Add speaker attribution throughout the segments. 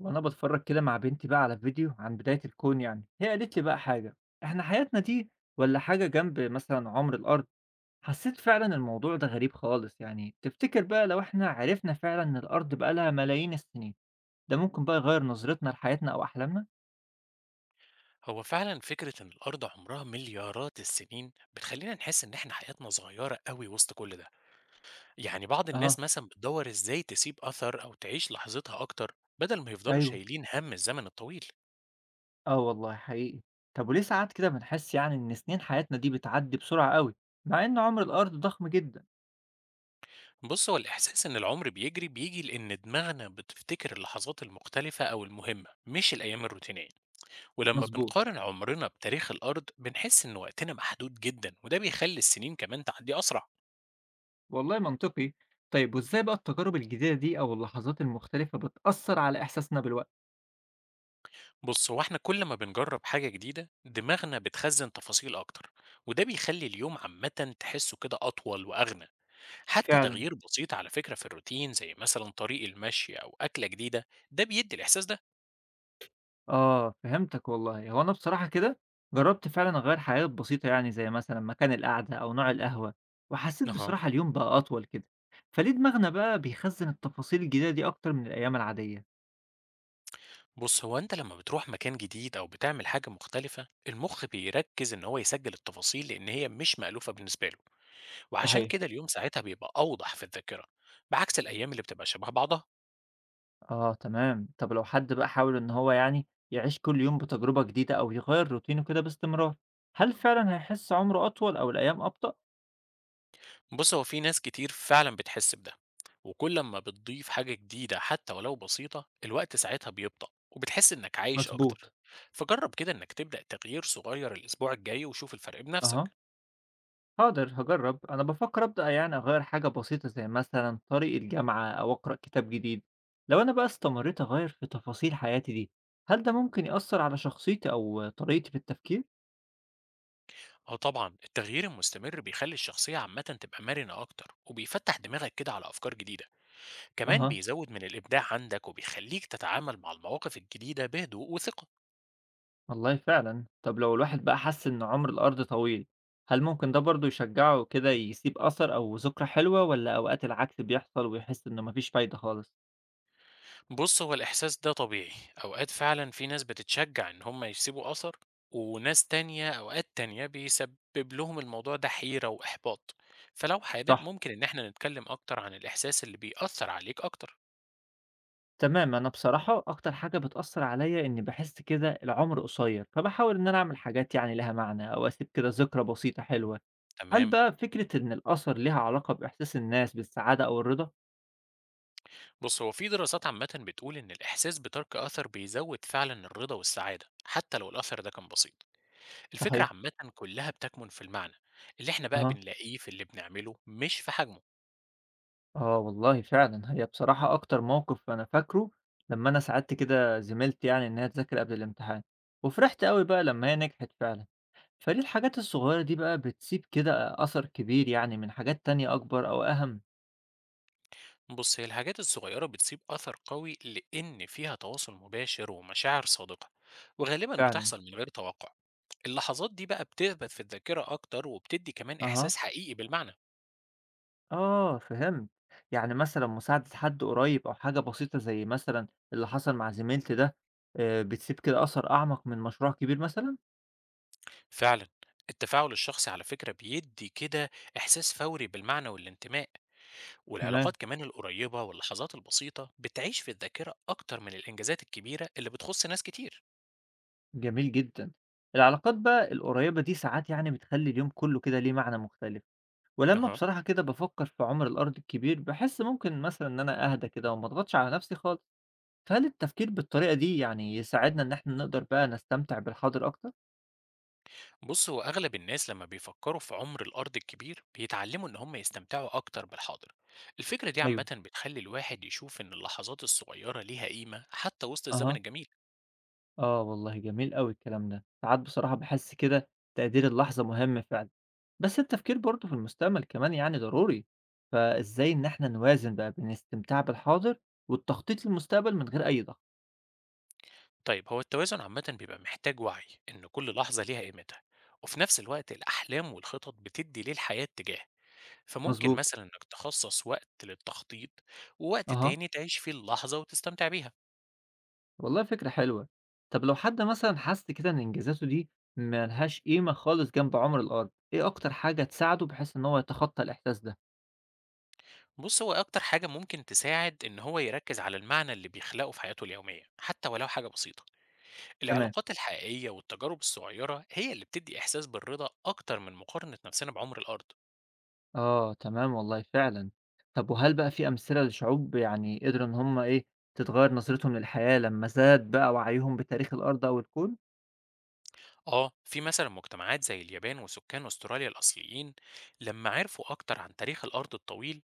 Speaker 1: وانا بتفرج كده مع بنتي بقى على فيديو عن بداية الكون، يعني هي قالت لي بقى حاجة: احنا حياتنا دي ولا حاجة جنب مثلا عمر الارض. حسيت فعلا الموضوع ده غريب خالص. يعني تفتكر بقى لو احنا عرفنا فعلا ان الارض بقى لها ملايين السنين، ده ممكن بقى يغير نظرتنا لحياتنا او احلامنا؟
Speaker 2: هو فعلا فكرة إن الأرض عمرها مليارات السنين بتخلينا نحس إن إحنا حياتنا صغيرة قوي وسط كل ده، يعني بعض الناس
Speaker 1: اه،
Speaker 2: مثلا بتدور إزاي تسيب أثر أو تعيش لحظتها أكتر بدل ما يفضلوا
Speaker 1: ايوه،
Speaker 2: شايلين هم الزمن الطويل.
Speaker 1: اه والله حقيقي. طب وليه ساعات كده بنحس يعني ان سنين حياتنا دي بتعدي بسرعة قوي مع ان عمر الارض ضخم جدا؟
Speaker 2: بص هو الإحساس إن العمر بيجري بيجي لأن دماغنا بتفتكر اللحظات المختلفة أو المهمة مش الأيام الروتينية، ولما
Speaker 1: مظبوط،
Speaker 2: بنقارن عمرنا بتاريخ الأرض بنحس إن وقتنا محدود جدا وده بيخلي السنين كمان تعدي أسرع.
Speaker 1: والله منطقي. طيب وإزاي بقى التجارب الجديدة دي أو اللحظات المختلفة بتأثّر على إحساسنا بالوقت؟
Speaker 2: بص هو احنا كل ما بنجرب حاجة جديدة دماغنا بتخزن تفاصيل أكتر وده بيخلي اليوم عامة تحسه كده أطول وأغنى، حتى
Speaker 1: فعلا.
Speaker 2: تغيير بسيط على فكرة في الروتين زي مثلا طريق المشي أو أكلة جديدة ده بيدي الإحساس ده.
Speaker 1: آه، فهمتك والله. هو أنا بصراحة كده جرّبت فعلًا أغيّر حاجات بسيطة، يعني زي مثلًا مكان القعدة أو نوع القهوة، وحسّيت
Speaker 2: أها.
Speaker 1: بصراحة اليوم بقى أطول كده. فليه دماغنا بقى بيخزّن التفاصيل الجديدة دي أكتر من الأيام العادية؟
Speaker 2: بص هو أنت لما بتروح مكان جديد أو بتعمل حاجة مختلفة المخ بيركز إن هو يسجل التفاصيل لأن هي مش مألوفة بالنسبة له، وعشان
Speaker 1: صحيح.
Speaker 2: كده اليوم ساعتها بيبقى أوضح في الذاكرة بعكس الأيام اللي بتبقى شبه بعضها.
Speaker 1: آه تمام. طب لو حد بقى حاول إن هو يعني يعيش كل يوم بتجربة جديدة أو يغيّر روتينه كده باستمرار، هل فعلًا هيحس عمره أطول أو الأيام أبطأ؟
Speaker 2: بص هو في ناس كتير فعلا بتحس بده، وكل ما بتضيف حاجة جديدة حتى ولو بسيطة الوقت ساعتها بيبطأ وبتحس إنك عايش أكتر.
Speaker 1: مظبوط.
Speaker 2: فجرب كده إنك تبدأ تغيير صغير الأسبوع الجاي وشوف الفرق بنفسك.
Speaker 1: أها، هاقدر هاجرّب، أنا بافكّر أبدأ يعني أغيّر حاجة بسيطة زي مثلًا طريق الجامعة أو أقرأ كتاب جديد. لو أنا بقى استمريت أغيّر في تفاصيل حياتي دي، هل ده ممكن يأثّر على شخصيتي أو طريقتي في التفكير؟
Speaker 2: أه طبعا التغيير المستمر بيخلي الشخصية عامة تبقى مرنة أكتر وبيفتح دماغك كده على أفكار جديدة، كمان
Speaker 1: أها،
Speaker 2: بيزود من الإبداع عندك وبيخليك تتعامل مع المواقف الجديدة بهدوء وثقة.
Speaker 1: والله فعلًا. طَب لو الواحد بقى حَس إن عُمر الأرض طويل، هل ممكن ده برضه يشجّعه كده يسيب أثر أو ذكرى حلوة، والّا أوقات العكس بيحصل ويحس إنه ما فيش فايدة خالص؟
Speaker 2: بُص، هو الإحساس ده طبيعي، أوقات فعلًا في ناس بتتشجّع إن هم يسيبوا أثر، وناس تانية أوقات تانية بيسبب لهم الموضوع ده حيرة وإحباط، فلو حابب
Speaker 1: صح.
Speaker 2: ممكن إن إحنا نتكلم أكتر عن الإحساس اللي بيأثّر عليك أكتر.
Speaker 1: تمام، أنا بصراحة أكتر حاجة بتأثّر عليَّ إني باحس كده العمر قصيّر، فباحاول إن أنا أعمل حاجات يعني ليها معنى أو أسيب كده ذكرى بسيطة حلوة. هل
Speaker 2: تمام.
Speaker 1: بقى فكرة إن الأثر ليها علاقة بإحساس الناس بالسعادة أو الرضا؟
Speaker 2: بُص هو في دراسات عامةً بتقول إن الإحساس بترك أثر بيزوّد فعلًا الرضا والسعادة، حتى لو الأثر ده كان بسيط، الفكرة
Speaker 1: صحيح.
Speaker 2: عامةً كلها بتكمن في المعنى، اللي إحنا بقى
Speaker 1: أها.
Speaker 2: بنلاقيه في اللي بنعمله مش في حجمه.
Speaker 1: آه والله فعلًا، هي بصراحة أكتر موقف أنا فاكره لمّا أنا ساعدت كده زميلتي، يعني إنها تذاكر قبل الامتحان، وفرحت أوي بقى لمّا هي نجحت فعلًا. فليه الحاجات الصغيّرة دي بقى بتسيب كده أثر كبير يعني من حاجات تانية أكبر أو أهم؟
Speaker 2: بص هي الحاجات الصغيرة بتسيب أثر قوي لأن فيها تواصل مباشر ومشاعر صادقة وغالبا
Speaker 1: فعلًا.
Speaker 2: بتحصل من غير توقع. اللحظات دي بقى بتثبت في الذاكرة أكتر وبتدي كمان
Speaker 1: أها.
Speaker 2: إحساس حقيقي بالمعنى.
Speaker 1: آه فهمت. يعني مثلًا مساعدة حد قريب أو حاجة بسيطة زي مثلًا اللي حصل مع زميلتي ده، بتسيب كده أثر أعمق من مشروع كبير مثلًا؟
Speaker 2: فعلا، التفاعل الشخصي على فكرة بيدي كده إحساس فوري بالمعنى والانتماء،
Speaker 1: تمام،
Speaker 2: والعلاقات كمان القريبة واللحظات البسيطة بتعيش في الذاكرة أكتر من الإنجازات الكبيرة اللي بتخص ناس كتير.
Speaker 1: جميل جدًا. العلاقات بقى القريبة دي ساعات يعني بتخلّي اليوم كلّه كده ليه معنى مختلف، ولمّا
Speaker 2: أها.
Speaker 1: بصراحة كده بافكّر في عُمر الأرض الكبير باحس ممكن مثلًا إن أنا أهدى كده وما أضغطش على نفسي خالص. فهل التفكير بالطريقة دي يعني يساعدنا إن إحنا نقدر بقى نستمتع بالحاضر أكتر؟
Speaker 2: بص هو أغلب الناس لما بيفكروا في عمر الأرض الكبير بيتعلموا إن هم يستمتعوا أكتر بالحاضر، الفكرة دي
Speaker 1: أيوه.
Speaker 2: عامة بتخلي الواحد يشوف إن اللحظات الصغيرة ليها قيمة حتى وسط الزمن
Speaker 1: أها.
Speaker 2: الجميل.
Speaker 1: آه والله جميل أوي الكلام ده. ساعات بصراحة باحس كده تقدير اللحظة مهم فعلًا، بس التفكير برضه في المستقبل كمان يعني ضروري، فإزاي إن إحنا نوازن بقى بين الاستمتاع بالحاضر والتخطيط للمستقبل من غير أي ضغط؟
Speaker 2: طيب هو التوازن عامة بيبقى محتاج وعي إن كل لحظة ليها قيمتها، وفي نفس الوقت الأحلام والخطط بتدي للحياة اتجاه، فممكن
Speaker 1: مظبوط.
Speaker 2: مثلا إنك تخصص وقت للتخطيط ووقت
Speaker 1: أها،
Speaker 2: تاني تعيش فيه اللحظة وتستمتع بيها.
Speaker 1: والله فكرة حلوة. طب لو حد مثلًا حس كده إن إنجازاته دي ما لهاش قيمة خالص جنب عمر الأرض، إيه أكتر حاجة تساعده بحيث إن هو يتخطى الإحساس ده؟
Speaker 2: بص هو أكتر حاجة ممكن تساعد إن هو يركز على المعنى اللي بيخلقه في حياته اليومية حتى ولو حاجة بسيطة.
Speaker 1: تمام.
Speaker 2: العلاقات الحقيقية والتجارب الصغيرة هي اللي بتدي إحساس بالرضا أكتر من مقارنة نفسنا بعمر الأرض.
Speaker 1: آه، تمام والله فعلًا. طب وهل بقى في أمثلة لشعوب يعني قدروا إن هم إيه، تتغيّر نظرتهم للحياة لمّا زاد بقى وعيهم بتاريخ الأرض أو الكون؟
Speaker 2: آه، في مثلا مجتمعات زي اليابان وسكان أستراليا الأصليين لما عرفوا أكتر عن تاريخ الأرض الطويل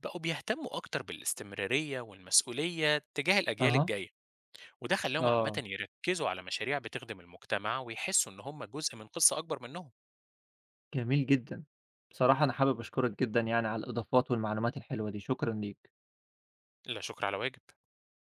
Speaker 2: بقوا بيهتموا أكتر بالاستمرارية والمسؤولية تجاه الأجيال
Speaker 1: أها.
Speaker 2: الجاية، وده خلاهم عامة
Speaker 1: آه،
Speaker 2: يركزوا على مشاريع بتخدم المجتمع ويحسوا إن هم جزء من قصة أكبر منهم.
Speaker 1: جميل جدًا. بصراحة أنا حابب أشكرك جدًا يعني على الإضافات والمعلومات الحلوة دي، شكرًا ليك.
Speaker 2: لا شكر على واجب.